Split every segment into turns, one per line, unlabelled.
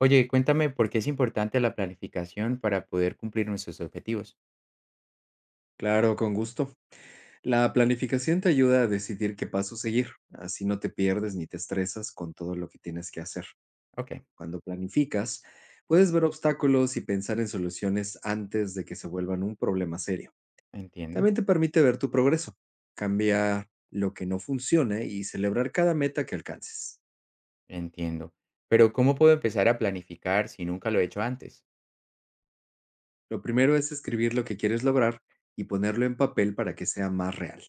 Oye, cuéntame por qué es importante la planificación para poder cumplir nuestros objetivos.
Claro, con gusto. La planificación te ayuda a decidir qué paso seguir, así no te pierdes ni te estresas con todo lo que tienes que hacer.
Ok,
Cuando planificas, puedes ver obstáculos y pensar en soluciones antes de que se vuelvan un problema serio.
entiendo,
También te permite ver tu progreso, cambiar lo que no funciona y celebrar cada meta que alcances.
entiendo. Pero ¿cómo puedo empezar a planificar si nunca lo he hecho antes?
Lo primero es escribir lo que quieres lograr y ponerlo en papel para que sea más real.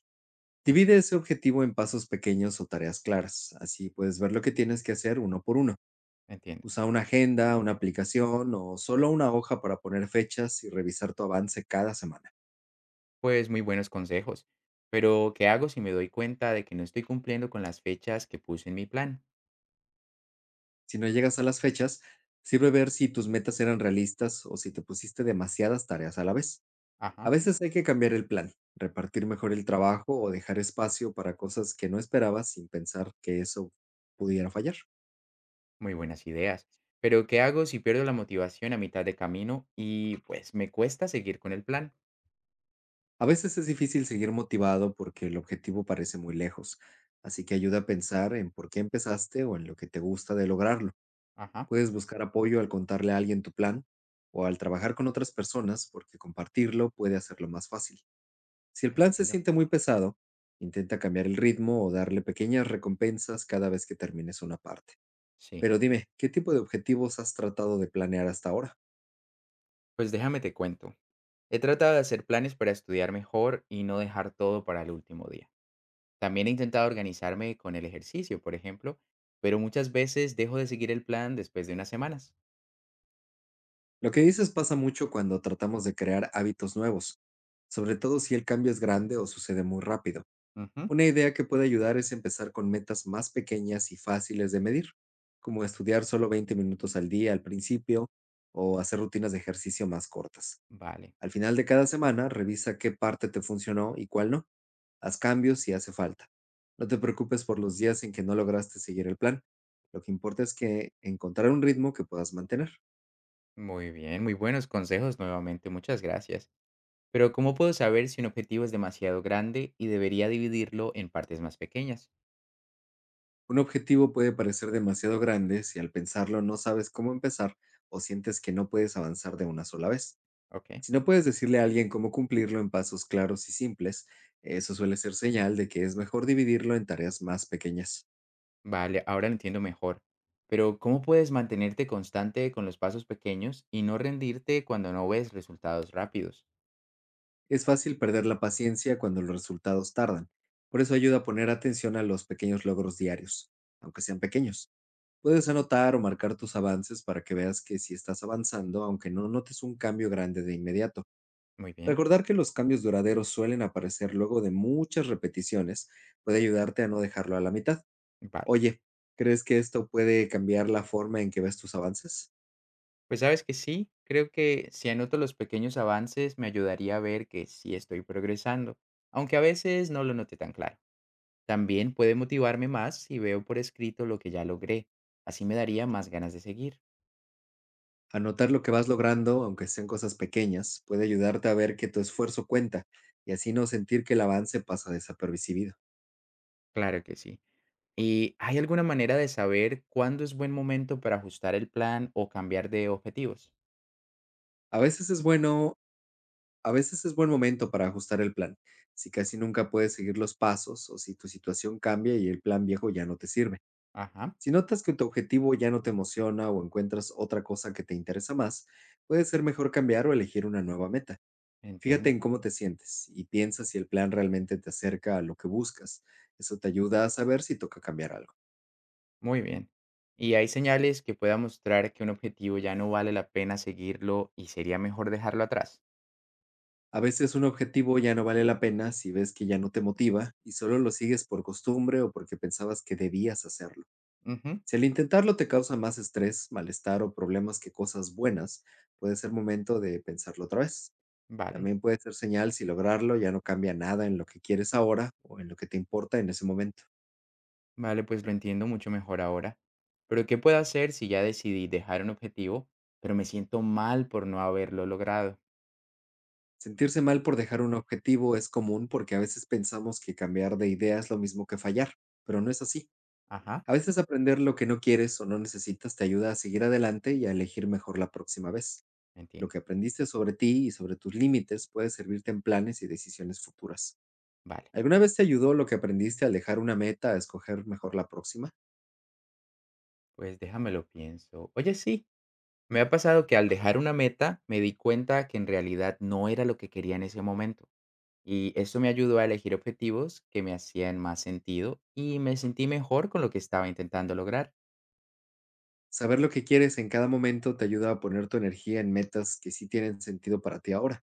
Divide ese objetivo en pasos pequeños o tareas claras, así puedes ver lo que tienes que hacer uno por uno.
Entiendo.
Usa una agenda, una aplicación o solo una hoja para poner fechas y revisar tu avance cada semana.
Pues muy buenos consejos. Pero ¿qué hago si me doy cuenta de que no estoy cumpliendo con las fechas que puse en mi plan?
Si no llegas a las fechas, sirve ver si tus metas eran realistas o si te pusiste demasiadas tareas a la vez. A
Ajá,
veces hay que cambiar el plan, repartir mejor el trabajo o dejar espacio para cosas que no esperabas sin pensar que eso pudiera fallar.
muy buenas ideas. Pero ¿qué hago si pierdo la motivación a mitad de camino y pues me cuesta seguir con el plan?
A veces es difícil seguir motivado porque el objetivo parece muy lejos, así que ayuda a pensar en por qué empezaste o en lo que te gusta de lograrlo.
Ajá,
Puedes buscar apoyo al contarle a alguien tu plan o al trabajar con otras personas porque compartirlo puede hacerlo más fácil. Si el plan se
entiendo.
siente muy pesado, intenta cambiar el ritmo o darle pequeñas recompensas cada vez que termines una parte.
Sí,
Pero dime, ¿qué tipo de objetivos has tratado de planear hasta ahora?
pues déjame te cuento. He tratado de hacer planes para estudiar mejor y no dejar todo para el último día. También he intentado organizarme con el ejercicio, por ejemplo, pero muchas veces dejo de seguir el plan después de unas semanas.
Lo que dices pasa mucho cuando tratamos de crear hábitos nuevos, sobre todo si el cambio es grande o sucede muy rápido.
Ujú,
Una idea que puede ayudar es empezar con metas más pequeñas y fáciles de medir, como estudiar solo 20 minutos al día al principio o hacer rutinas de ejercicio más cortas.
vale,
Al final de cada semana, revisa qué parte te funcionó y cuál no. Haz cambios si hace falta. No te preocupes por los días en que no lograste seguir el plan. Lo que importa es que encontrar un ritmo que puedas mantener.
muy bien, muy buenos consejos nuevamente, muchas gracias. Pero ¿cómo puedo saber si un objetivo es demasiado grande y debería dividirlo en partes más pequeñas?
Un objetivo puede parecer demasiado grande si al pensarlo no sabes cómo empezar o sientes que no puedes avanzar de una sola vez.
Ok,
Si no puedes decirle a alguien cómo cumplirlo en pasos claros y simples, eso suele ser señal de que es mejor dividirlo en tareas más pequeñas.
vale, ahora lo entiendo mejor. Pero ¿cómo puedes mantenerte constante con los pasos pequeños y no rendirte cuando no ves resultados rápidos?
Es fácil perder la paciencia cuando los resultados tardan, por eso ayuda a poner atención a los pequeños logros diarios, aunque sean pequeños. Puedes anotar o marcar tus avances para que veas que si estás avanzando, aunque no notes un cambio grande de inmediato.
Muy bien.
Recordar que los cambios duraderos suelen aparecer luego de muchas repeticiones puede ayudarte a no dejarlo a la mitad.
Vale.
Oye, ¿crees que esto puede cambiar la forma en que ves tus avances?
Pues, ¿sabes que sí? Creo que si anoto los pequeños avances me ayudaría a ver que sí estoy progresando, aunque a veces no lo note tan claro. También puede motivarme más si veo por escrito lo que ya logré. Así me daría más ganas de seguir.
Anotar lo que vas logrando, aunque sean cosas pequeñas, puede ayudarte a ver que tu esfuerzo cuenta y así no sentir que el avance pasa desapercibido.
Claro que sí. ¿Y hay alguna manera de saber cuándo es buen momento para ajustar el plan o cambiar de objetivos?
A veces es bueno, a veces es buen momento para ajustar el plan, si casi nunca puedes seguir los pasos o si tu situación cambia y el plan viejo ya no te sirve.
Ajá,
Si notas que tu objetivo ya no te emociona o encuentras otra cosa que te interesa más, puede ser mejor cambiar o elegir una nueva meta. Fíjate
entiendo.
en cómo te sientes y piensa si el plan realmente te acerca a lo que buscas. Eso te ayuda a saber si toca cambiar algo.
Muy bien. ¿Y hay señales que pueda mostrar que un objetivo ya no vale la pena seguirlo y sería mejor dejarlo atrás?
A veces un objetivo ya no vale la pena si ves que ya no te motiva y solo lo sigues por costumbre o porque pensabas que debías hacerlo.
Ujú.
Si al intentarlo te causa más estrés, malestar o problemas que cosas buenas, puede ser momento de pensarlo otra vez.
Vale,
También puede ser señal si lograrlo ya no cambia nada en lo que quieres ahora o en lo que te importa en ese momento.
vale, pues lo entiendo mucho mejor ahora. Pero ¿qué puedo hacer si ya decidí dejar un objetivo, pero me siento mal por no haberlo logrado?
Sentirse mal por dejar un objetivo es común porque a veces pensamos que cambiar de idea es lo mismo que fallar, pero no es así.
Ajá,
A veces aprender lo que no quieres o no necesitas te ayuda a seguir adelante y a elegir mejor la próxima vez. Lo
entiendo.
que aprendiste sobre ti y sobre tus límites puede servirte en planes y decisiones futuras.
Vale,
¿Alguna vez te ayudó lo que aprendiste al dejar una meta a escoger mejor la próxima?
pues déjamelo pienso. Oye, sí, me ha pasado que al dejar una meta me di cuenta que en realidad no era lo que quería en ese momento. Y eso me ayudó a elegir objetivos que me hacían más sentido y me sentí mejor con lo que estaba intentando lograr.
Saber lo que quieres en cada momento te ayuda a poner tu energía en metas que sí tienen sentido para ti ahora.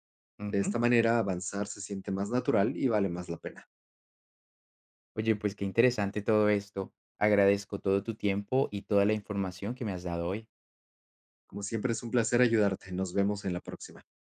De esta manera, avanzar se siente más natural y vale más la pena.
Oye, pues qué interesante todo esto. Agradezco todo tu tiempo y toda la información que me has dado hoy.
Como siempre, es un placer ayudarte. Nos vemos en la próxima.